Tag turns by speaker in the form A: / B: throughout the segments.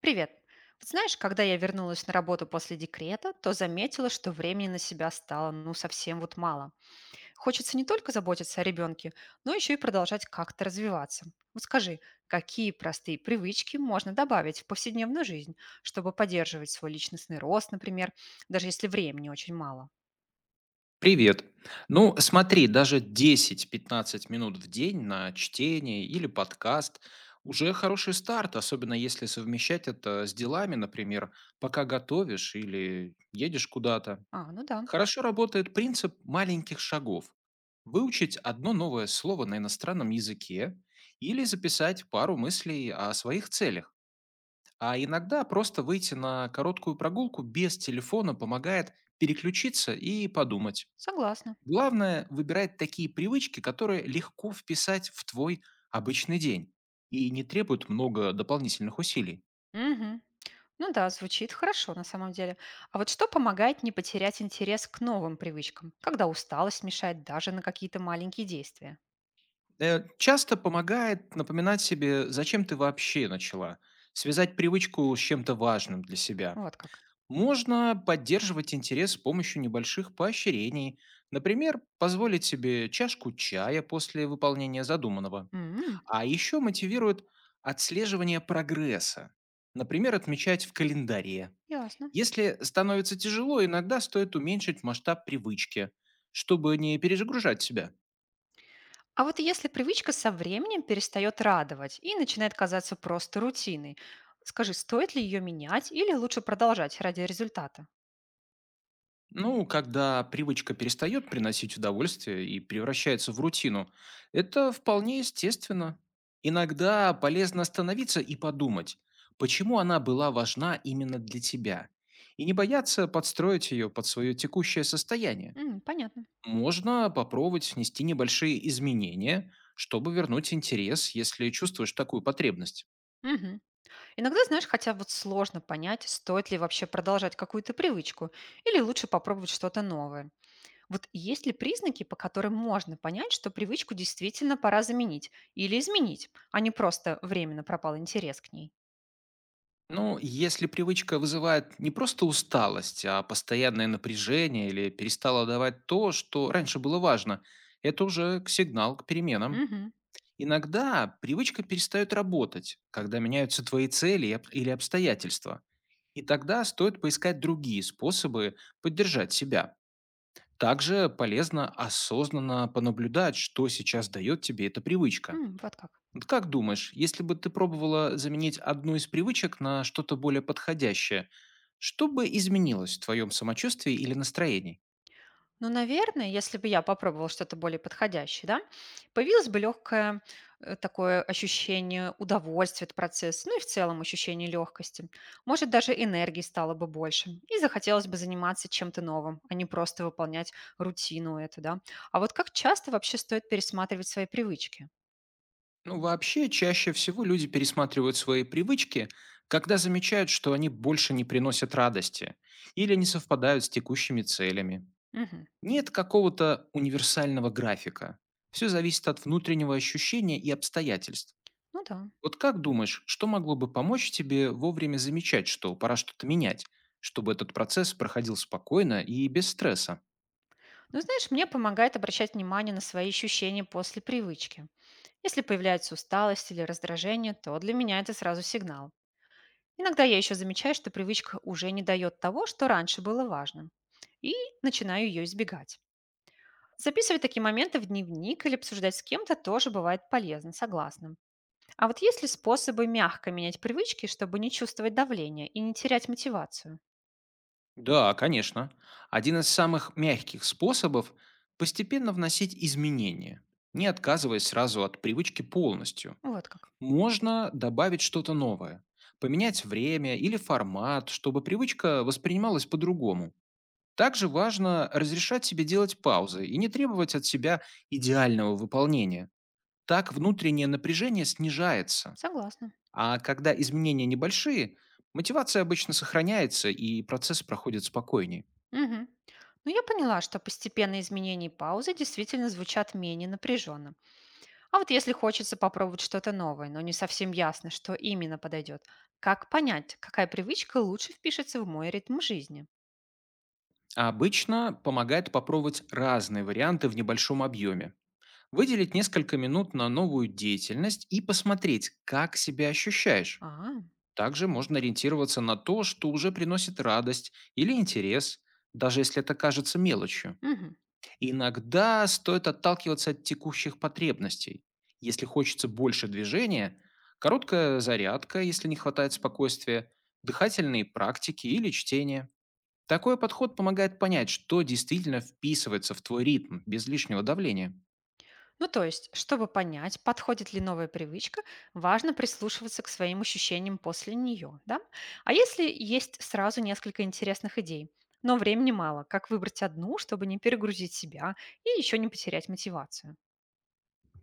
A: Привет. Вот знаешь, когда я вернулась на работу после декрета, то заметила, что времени на себя стало, ну совсем вот мало. Хочется не только заботиться о ребенке, но еще и продолжать как-то развиваться. Вот скажи, какие простые привычки можно добавить в повседневную жизнь, чтобы поддерживать свой личностный рост, например, даже если времени очень мало?
B: Привет. Ну, смотри, даже 10-15 минут в день на чтение или подкаст уже хороший старт, особенно если совмещать это с делами, например, пока готовишь или едешь куда-то.
A: А, ну да,
B: Хорошо работает принцип маленьких шагов. Выучить одно новое слово на иностранном языке или записать пару мыслей о своих целях. А иногда просто выйти на короткую прогулку без телефона помогает переключиться и подумать.
A: согласна.
B: Главное выбирать такие привычки, которые легко вписать в твой обычный день и не требуют много дополнительных усилий.
A: Мгм. Ну да, звучит хорошо на самом деле. А вот что помогает не потерять интерес к новым привычкам, когда усталость мешает даже на какие-то маленькие действия?
B: Часто помогает напоминать себе, зачем ты вообще начала, связать привычку с чем-то важным для себя.
A: Вот как.
B: Можно поддерживать интерес с помощью небольших поощрений, например, позволить себе чашку чая после выполнения задуманного.
A: М,
B: А еще мотивирует отслеживание прогресса, например, отмечать в календаре.
A: ясно.
B: Если становится тяжело, иногда стоит уменьшить масштаб привычки, чтобы не перезагружать себя.
A: А вот если привычка со временем перестает радовать и начинает казаться просто рутиной, скажи, стоит ли ее менять или лучше продолжать ради результата?
B: Ну, когда привычка перестает приносить удовольствие и превращается в рутину, это вполне естественно. Иногда полезно остановиться и подумать, почему она была важна именно для тебя, и не бояться подстроить ее под свое текущее состояние.
A: М, понятно.
B: Можно попробовать внести небольшие изменения, чтобы вернуть интерес, если чувствуешь такую потребность.
A: Мгм. Иногда, знаешь, хотя вот сложно понять, стоит ли вообще продолжать какую-то привычку или лучше попробовать что-то новое. Вот есть ли признаки, по которым можно понять, что привычку действительно пора заменить или изменить, а не просто временно пропал интерес к ней?
B: Ну, если привычка вызывает не просто усталость, а постоянное напряжение или перестала давать то, что раньше было важно, это уже сигнал к переменам.
A: Мгм.
B: Иногда привычка перестает работать, когда меняются твои цели и или обстоятельства. И тогда стоит поискать другие способы поддержать себя. Также полезно осознанно понаблюдать, что сейчас дает тебе эта привычка.
A: М, вот как.
B: Вот как думаешь, если бы ты пробовала заменить одну из привычек на что-то более подходящее, что бы изменилось в твоем самочувствии или настроении?
A: Ну, наверное, если бы я попробовала что-то более подходящее, да, появилось бы легкое такое ощущение удовольствия от процесса, ну и в целом ощущение легкости. Может, даже энергии стало бы больше, и захотелось бы заниматься чем-то новым, а не просто выполнять рутину эту, да. А вот как часто вообще стоит пересматривать свои привычки?
B: Ну, вообще, чаще всего люди пересматривают свои привычки, когда замечают, что они больше не приносят радости или не совпадают с текущими целями.
A: Мгм.
B: Нет какого-то универсального графика. Все зависит от внутреннего ощущения и обстоятельств.
A: Ну да.
B: Вот как думаешь, что могло бы помочь тебе вовремя замечать, что пора что-то менять, чтобы этот процесс проходил спокойно и без стресса?
A: Ну, знаешь, мне помогает обращать внимание на свои ощущения после привычки. Если появляется усталость или раздражение, то для меня это сразу сигнал. Иногда я еще замечаю, что привычка уже не дает того, что раньше было важным, и начинаю ее избегать. Записывать такие моменты в дневник или обсуждать с кем-то тоже бывает полезно, согласна. А вот есть ли способы мягко менять привычки, чтобы не чувствовать давление и не терять мотивацию?
B: Да, конечно. Один из самых мягких способов — постепенно вносить изменения, не отказываясь сразу от привычки полностью.
A: Вот как.
B: Можно добавить что-то новое, поменять время или формат, чтобы привычка воспринималась по-другому. Также важно разрешать себе делать паузы и не требовать от себя идеального выполнения. Так внутреннее напряжение снижается,
A: Согласна.
B: а когда изменения небольшие, мотивация обычно сохраняется и процесс проходит спокойнее.
A: Мгм. Ну, я поняла, что постепенные изменения и паузы действительно звучат менее напряженно. А вот если хочется попробовать что-то новое, но не совсем ясно, что именно подойдет, как понять, какая привычка лучше впишется в мой ритм жизни?
B: А обычно помогает попробовать разные варианты в небольшом объеме. Выделить несколько минут на новую деятельность и посмотреть, как себя ощущаешь.
A: А,
B: Также можно ориентироваться на то, что уже приносит радость или интерес, даже если это кажется мелочью.
A: мгм.
B: Иногда стоит отталкиваться от текущих потребностей. Если хочется больше движения, короткая зарядка, если не хватает спокойствия, дыхательные практики или чтение. Такой подход помогает понять, что действительно вписывается в твой ритм без лишнего давления.
A: Ну, то есть, чтобы понять, подходит ли новая привычка, важно прислушиваться к своим ощущениям после нее, да? А если есть сразу несколько интересных идей, но времени мало, как выбрать одну, чтобы не перегрузить себя и еще не потерять мотивацию?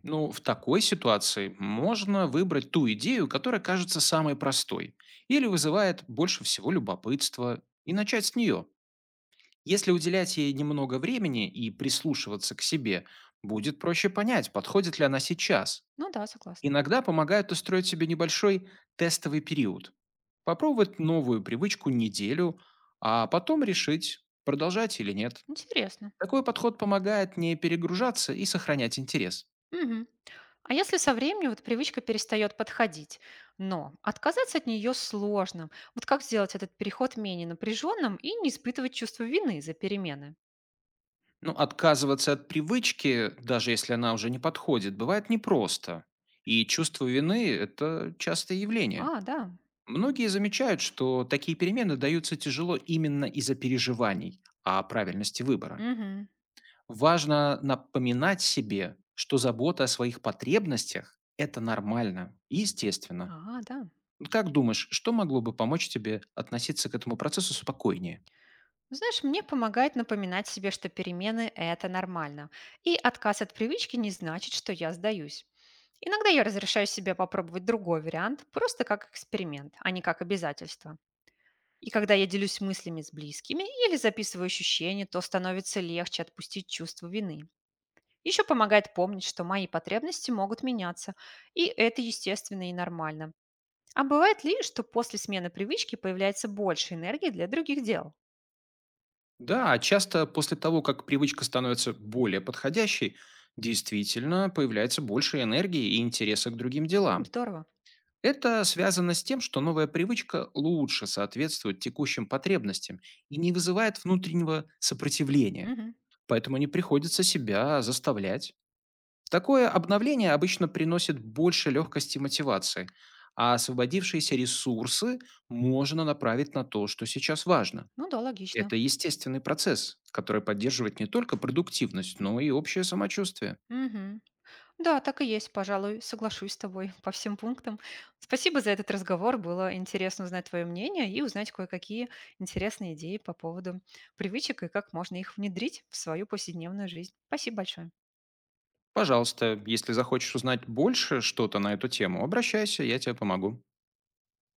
B: Ну, в такой ситуации можно выбрать ту идею, которая кажется самой простой или вызывает больше всего любопытства, и начать с нее. Если уделять ей немного времени и прислушиваться к себе, будет проще понять, подходит ли она сейчас.
A: Ну да, согласна.
B: Иногда помогает устроить себе небольшой тестовый период. Попробовать новую привычку неделю, а потом решить, продолжать или нет.
A: Интересно.
B: Такой подход помогает не перегружаться и сохранять интерес.
A: Мгм. А если со временем вот привычка перестает подходить, но отказаться от нее сложно. Вот как сделать этот переход менее напряженным и не испытывать чувство вины за перемены?
B: Но отказываться от привычки, даже если она уже не подходит, бывает непросто. И чувство вины — это частое явление.
A: А, да.
B: Многие замечают, что такие перемены даются тяжело именно из-за переживаний о правильности выбора.
A: Мгм.
B: Важно напоминать себе, что забота о своих потребностях — это нормально и естественно.
A: А, да.
B: Ну, как думаешь, что могло бы помочь тебе относиться к этому процессу спокойнее?
A: Ну, знаешь, мне помогает напоминать себе, что перемены — это нормально. И отказ от привычки не значит, что я сдаюсь. Иногда я разрешаю себе попробовать другой вариант, просто как эксперимент, а не как обязательство. И когда я делюсь мыслями с близкими или записываю ощущения, то становится легче отпустить чувство вины. Еще помогает помнить, что мои потребности могут меняться, и это естественно и нормально. А бывает ли, что после смены привычки появляется больше энергии для других дел?
B: Да, часто после того, как привычка становится более подходящей, действительно появляется больше энергии и интереса к другим
A: М,
B: делам.
A: здорово.
B: Это связано с тем, что новая привычка лучше соответствует текущим потребностям и не вызывает внутреннего сопротивления,
A: Мгм.
B: поэтому не приходится себя заставлять. Такое обновление обычно приносит больше легкости и мотивации, а освободившиеся ресурсы можно направить на то, что сейчас важно.
A: Ну да, логично.
B: Это естественный процесс, который поддерживает не только продуктивность, но и общее самочувствие.
A: Мгм. Да, так и есть, пожалуй, соглашусь с тобой по всем пунктам. Спасибо за этот разговор, было интересно узнать твое мнение и узнать кое-какие интересные идеи по поводу привычек и как можно их внедрить в свою повседневную жизнь. Спасибо большое.
B: Пожалуйста, если захочешь узнать больше что-то на эту тему, обращайся, я тебе помогу.